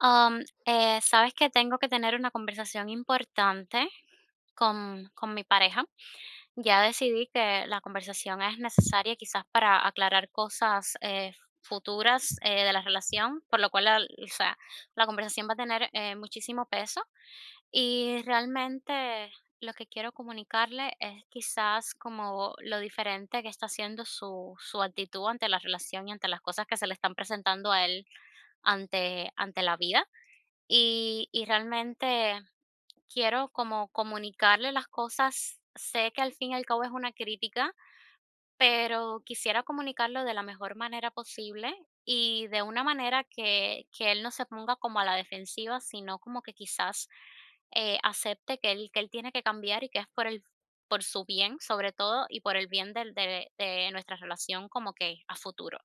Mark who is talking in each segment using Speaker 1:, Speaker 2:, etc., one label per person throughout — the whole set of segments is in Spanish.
Speaker 1: Sabes que tengo que tener una conversación importante con mi pareja. Ya decidí que la conversación es necesaria quizás para aclarar cosas futuras de la relación, por lo cual la conversación va a tener muchísimo peso. Y realmente lo que quiero comunicarle es quizás como lo diferente que está haciendo su actitud ante la relación y ante las cosas que se le están presentando a él ante la vida y realmente quiero como comunicarle las cosas. Sé que al fin y al cabo es una crítica, pero quisiera comunicarlo de la mejor manera posible y de una manera que él no se ponga como a la defensiva, sino como que quizás acepte que él tiene que cambiar y que es por su bien, sobre todo, y por el bien de nuestra relación como que a futuro.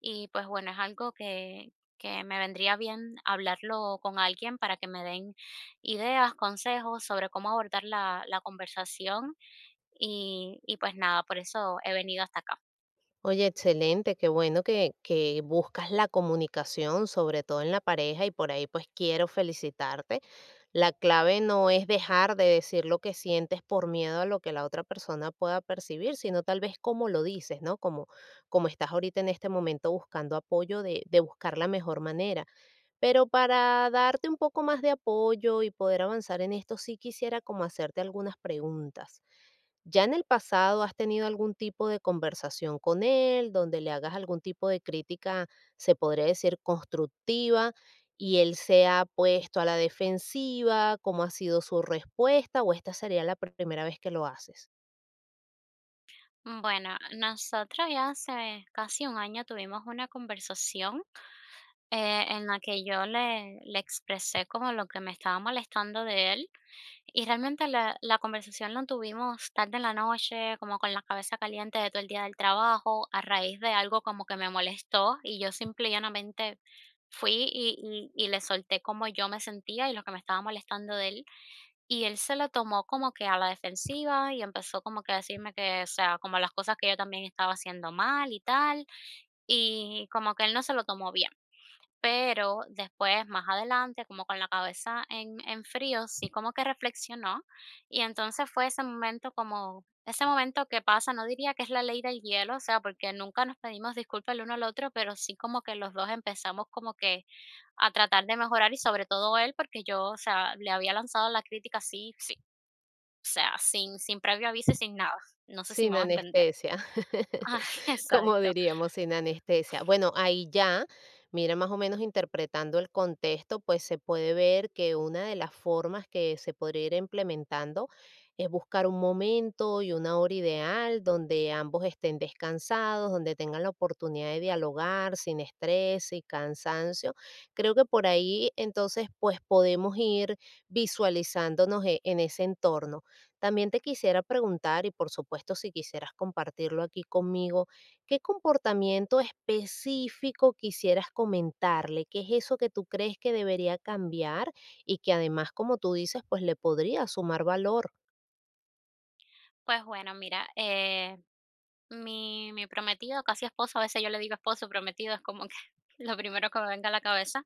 Speaker 1: Y pues bueno, es algo que me vendría bien hablarlo con alguien para que me den ideas, consejos sobre cómo abordar la conversación y pues nada, por eso he venido hasta acá.
Speaker 2: Oye, excelente, qué bueno que, buscas la comunicación, sobre todo en la pareja, y por ahí pues quiero felicitarte. La clave no es dejar de decir lo que sientes por miedo a lo que la otra persona pueda percibir, sino tal vez cómo lo dices, ¿no? Como, como estás ahorita en este momento buscando apoyo de buscar la mejor manera. Pero para darte un poco más de apoyo y poder avanzar en esto, sí quisiera como hacerte algunas preguntas. ¿Ya en el pasado has tenido algún tipo de conversación con él, donde le hagas algún tipo de crítica, se podría decir, constructiva, y él se ha puesto a la defensiva? ¿Cómo ha sido su respuesta? ¿O esta sería la primera vez que lo haces?
Speaker 1: Bueno, nosotros ya hace casi un año tuvimos una conversación en la que yo le expresé como lo que me estaba molestando de él y realmente la conversación la tuvimos tarde en la noche, como con la cabeza caliente de todo el día del trabajo, a raíz de algo como que me molestó y yo simple y llanamente fui y le solté como yo me sentía y lo que me estaba molestando de él. Y él se lo tomó como que a la defensiva y empezó como que a decirme que, o sea, como las cosas que yo también estaba haciendo mal y tal, y como que él no se lo tomó bien. Pero después, más adelante, como con la cabeza en frío, sí como que reflexionó, y entonces fue ese momento como ese momento que pasa, no diría que es la ley del hielo, o sea, porque nunca nos pedimos disculpas el uno al otro, pero sí como que los 2 empezamos como que a tratar de mejorar, y sobre todo él, porque yo, o sea, le había lanzado la crítica así, sí. O sea, sin previo aviso y sin nada. No sé si
Speaker 2: Sin
Speaker 1: me hago entender.
Speaker 2: anestesia.
Speaker 1: Ah,
Speaker 2: Como
Speaker 1: exacto.
Speaker 2: diríamos, sin anestesia. Bueno, ahí ya, mira, más o menos interpretando el contexto, pues se puede ver que una de las formas que se podría ir implementando es buscar un momento y una hora ideal donde ambos estén descansados, donde tengan la oportunidad de dialogar sin estrés y cansancio. Creo que por ahí entonces pues podemos ir visualizándonos en ese entorno. También te quisiera preguntar, y por supuesto si quisieras compartirlo aquí conmigo, ¿qué comportamiento específico quisieras comentarle? ¿Qué es eso que tú crees que debería cambiar y que además, como tú dices, pues le podría sumar valor?
Speaker 1: Pues bueno, mira, mi prometido, casi esposo, a veces yo le digo esposo, prometido, es como que lo primero que me venga a la cabeza.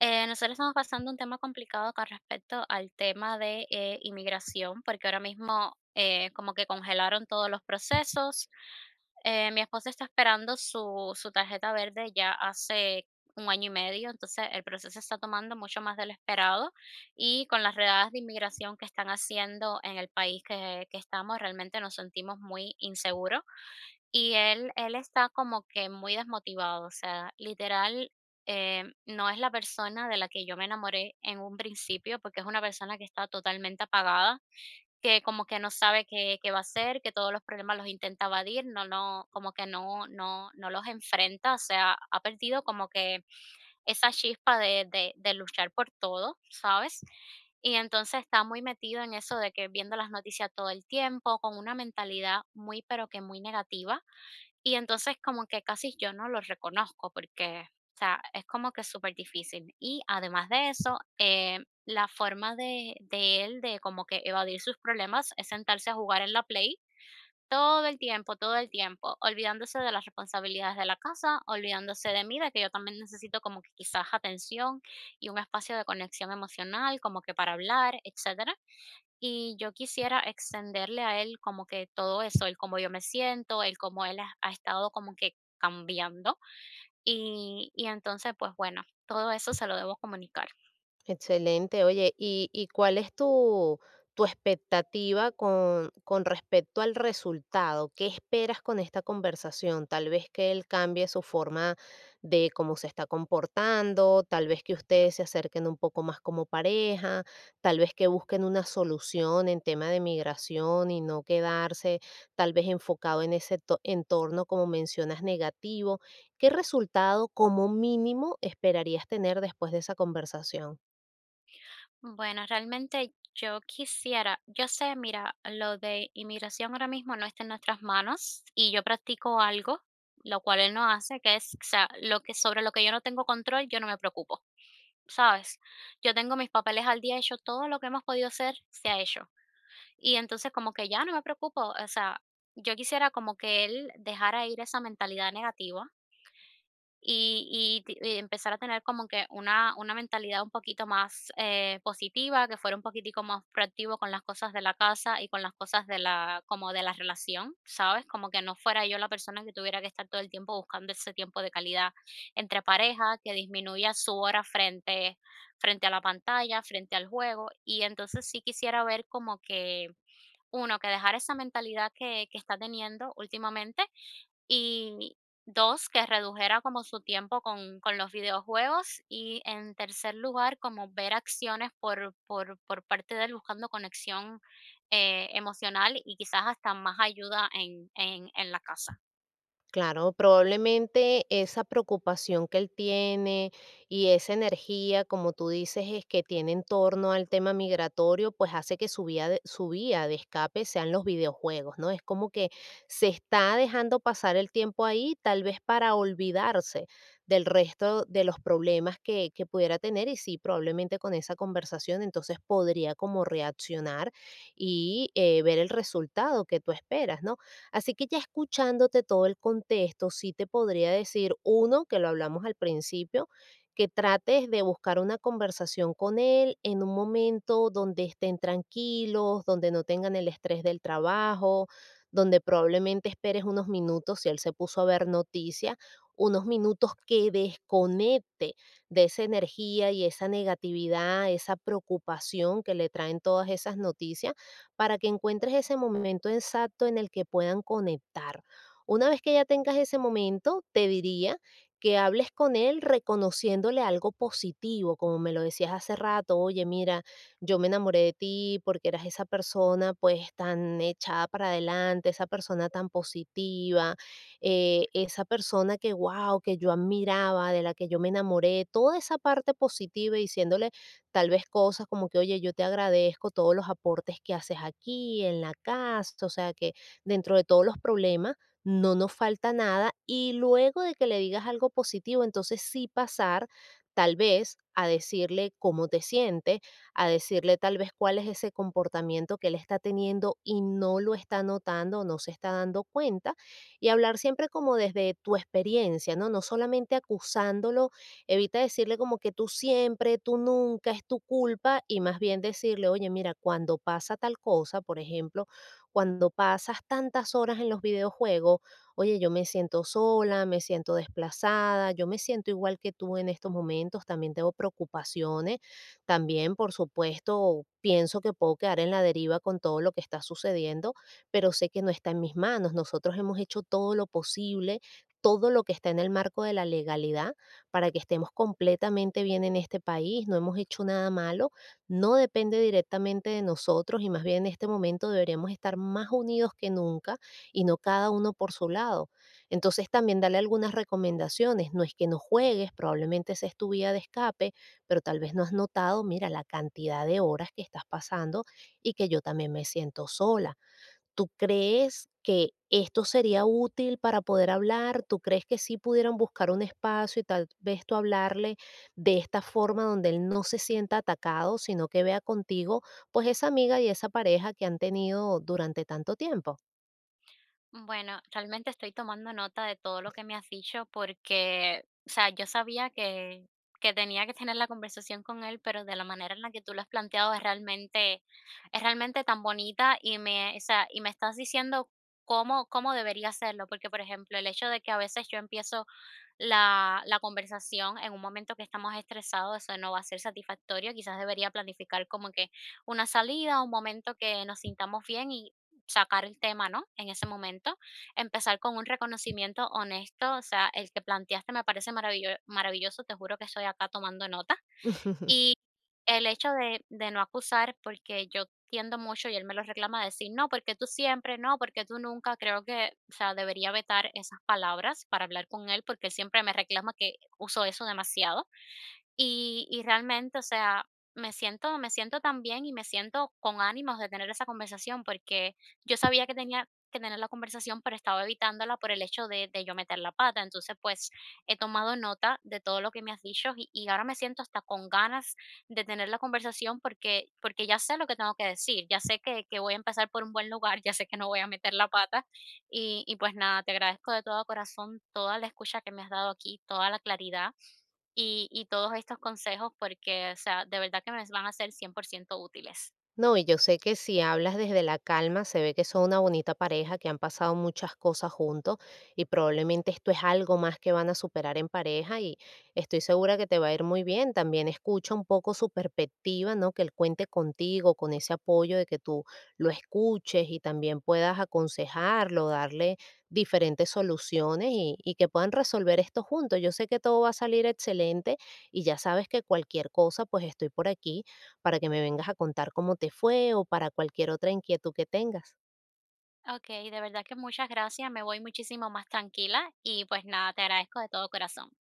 Speaker 1: Nosotros estamos pasando un tema complicado con respecto al tema de, inmigración, porque ahora mismo, como que congelaron todos los procesos. Mi esposo está esperando su tarjeta verde ya hace un año y medio, entonces el proceso está tomando mucho más de lo esperado, y con las redadas de inmigración que están haciendo en el país que estamos, realmente nos sentimos muy inseguros. Y él está como que muy desmotivado, o sea, literal, no es la persona de la que yo me enamoré en un principio, porque es una persona que está totalmente apagada, que como que no sabe qué va a hacer, que todos los problemas los intenta evadir, no como que no los enfrenta, o sea, ha perdido como que esa chispa de luchar por todo, ¿sabes? Y entonces está muy metido en eso de que viendo las noticias todo el tiempo, con una mentalidad muy, pero que muy negativa, y entonces como que casi yo no lo reconozco porque, o sea, es como que es súper difícil. Y además de eso, la forma de él de como que evadir sus problemas es sentarse a jugar en la Play todo el tiempo, olvidándose de las responsabilidades de la casa, olvidándose de mí, de que yo también necesito como que quizás atención y un espacio de conexión emocional, como que para hablar, etc. Y yo quisiera extenderle a él como que todo eso, el cómo yo me siento, el cómo él ha estado como que cambiando. Y entonces, pues bueno, todo eso se lo debo comunicar.
Speaker 2: Excelente. Oye, ¿y, cuál es tu, tu expectativa con respecto al resultado? ¿Qué esperas con esta conversación? Tal vez que él cambie su forma de cómo se está comportando, tal vez que ustedes se acerquen un poco más como pareja, tal vez que busquen una solución en tema de migración y no quedarse tal vez enfocado en ese entorno, como mencionas, negativo. ¿Qué resultado como mínimo esperarías tener después de esa conversación?
Speaker 1: Bueno, realmente yo quisiera, yo sé, mira, lo de inmigración ahora mismo no está en nuestras manos y yo practico algo, lo cual él no hace, que es, o sea, sobre lo que yo no tengo control, yo no me preocupo, ¿sabes? Yo tengo mis papeles al día, he hecho todo lo que hemos podido hacer, se ha hecho. Y entonces como que ya no me preocupo, o sea, yo quisiera como que él dejara ir esa mentalidad negativa y empezar a tener como que una mentalidad un poquito más positiva, que fuera un poquitico más proactivo con las cosas de la casa y con las cosas de la, como de la relación, ¿sabes? Como que no fuera yo la persona que tuviera que estar todo el tiempo buscando ese tiempo de calidad entre pareja, que disminuya su hora frente a la pantalla, frente al juego. Y entonces sí quisiera ver como que uno, que dejar esa mentalidad que está teniendo últimamente, y dos, que redujera como su tiempo con los videojuegos, y en tercer lugar, como ver acciones por parte de él buscando conexión, emocional y quizás hasta más ayuda en la casa.
Speaker 2: Claro, probablemente esa preocupación que él tiene y esa energía, como tú dices, es que tiene en torno al tema migratorio, pues hace que su vía de escape sean los videojuegos, ¿no? Es como que se está dejando pasar el tiempo ahí, tal vez para olvidarse del resto de los problemas que, pudiera tener y sí, probablemente con esa conversación entonces podría como reaccionar y ver el resultado que tú esperas, ¿no? Así que ya escuchándote todo el contexto, sí te podría decir, uno, que lo hablamos al principio, que trates de buscar una conversación con él en un momento donde estén tranquilos, donde no tengan el estrés del trabajo, donde probablemente esperes unos minutos, si él se puso a ver noticias, unos minutos que desconecte de esa energía y esa negatividad, esa preocupación que le traen todas esas noticias para que encuentres ese momento exacto en el que puedan conectar. Una vez que ya tengas ese momento, te diría que hables con él reconociéndole algo positivo, como me lo decías hace rato, oye, mira, yo me enamoré de ti porque eras esa persona pues tan echada para adelante, esa persona tan positiva, esa persona que, wow, que yo admiraba, de la que yo me enamoré, toda esa parte positiva, diciéndole tal vez cosas como que, oye, yo te agradezco todos los aportes que haces aquí, en la casa, o sea, que dentro de todos los problemas no nos falta nada. Y luego de que le digas algo positivo, entonces sí pasar tal vez a decirle cómo te sientes, a decirle tal vez cuál es ese comportamiento que él está teniendo y no lo está notando o no se está dando cuenta, y hablar siempre como desde tu experiencia, ¿no? No solamente acusándolo. Evita decirle como que tú siempre, tú nunca, es tu culpa y más bien decirle, oye, mira, cuando pasa tal cosa, por ejemplo, cuando pasas tantas horas en los videojuegos, oye, yo me siento sola, me siento desplazada, yo me siento igual que tú en estos momentos, también tengo preocupaciones, también, por supuesto, pienso que puedo quedar en la deriva con todo lo que está sucediendo, pero sé que no está en mis manos. Nosotros hemos hecho todo lo posible, todo lo que está en el marco de la legalidad para que estemos completamente bien en este país, no hemos hecho nada malo, no depende directamente de nosotros y más bien en este momento deberíamos estar más unidos que nunca y no cada uno por su lado. Entonces también dale algunas recomendaciones, no es que no juegues, probablemente esa es tu vía de escape, pero tal vez no has notado, mira, la cantidad de horas que estás pasando y que yo también me siento sola. ¿Tú crees que esto sería útil para poder hablar? ¿Tú crees que sí pudieran buscar un espacio y tal vez tú hablarle de esta forma donde él no se sienta atacado, sino que vea contigo, pues esa amiga y esa pareja que han tenido durante tanto tiempo?
Speaker 1: Bueno, realmente estoy tomando nota de todo lo que me has dicho porque, o sea, yo sabía que tenía que tener la conversación con él, pero de la manera en la que tú lo has planteado es es realmente tan bonita y me, o sea, y me estás diciendo cómo debería hacerlo, porque por ejemplo, el hecho de que a veces yo empiezo la conversación en un momento que estamos estresados, eso no va a ser satisfactorio. Quizás debería planificar como que una salida, un momento que nos sintamos bien y sacar el tema, ¿no? En ese momento, empezar con un reconocimiento honesto, o sea, el que planteaste me parece maravilloso, te juro que estoy acá tomando nota y el hecho de no acusar, porque yo tiendo mucho, y él me lo reclama, decir: "No, porque tú siempre, no, porque tú nunca". Creo que, o sea, debería vetar esas palabras para hablar con él, porque él siempre me reclama que uso eso demasiado. Y realmente, o sea, me siento tan bien y me siento con ánimos de tener esa conversación, porque yo sabía que tenía que tener la conversación, pero estaba evitándola por el hecho de yo meter la pata. Entonces, pues, he tomado nota de todo lo que me has dicho y ahora me siento hasta con ganas de tener la conversación porque ya sé lo que tengo que decir, ya sé que voy a empezar por un buen lugar, ya sé que no voy a meter la pata. Y pues nada, te agradezco de todo corazón toda la escucha que me has dado aquí, toda la claridad y todos estos consejos porque, o sea, de verdad que me van a ser 100% útiles.
Speaker 2: No, y yo sé que si hablas desde la calma, se ve que son una bonita pareja, que han pasado muchas cosas juntos y probablemente esto es algo más que van a superar en pareja y estoy segura que te va a ir muy bien. También escucha un poco su perspectiva, ¿no? Que él cuente contigo, con ese apoyo de que tú lo escuches y también puedas aconsejarlo, darle diferentes soluciones y que puedan resolver esto juntos. Yo sé que todo va a salir excelente y ya sabes que cualquier cosa, pues estoy por aquí para que me vengas a contar cómo te fue o para cualquier otra inquietud que tengas.
Speaker 1: Okey, de verdad que muchas gracias, me voy muchísimo más tranquila y, pues, nada, te agradezco de todo corazón.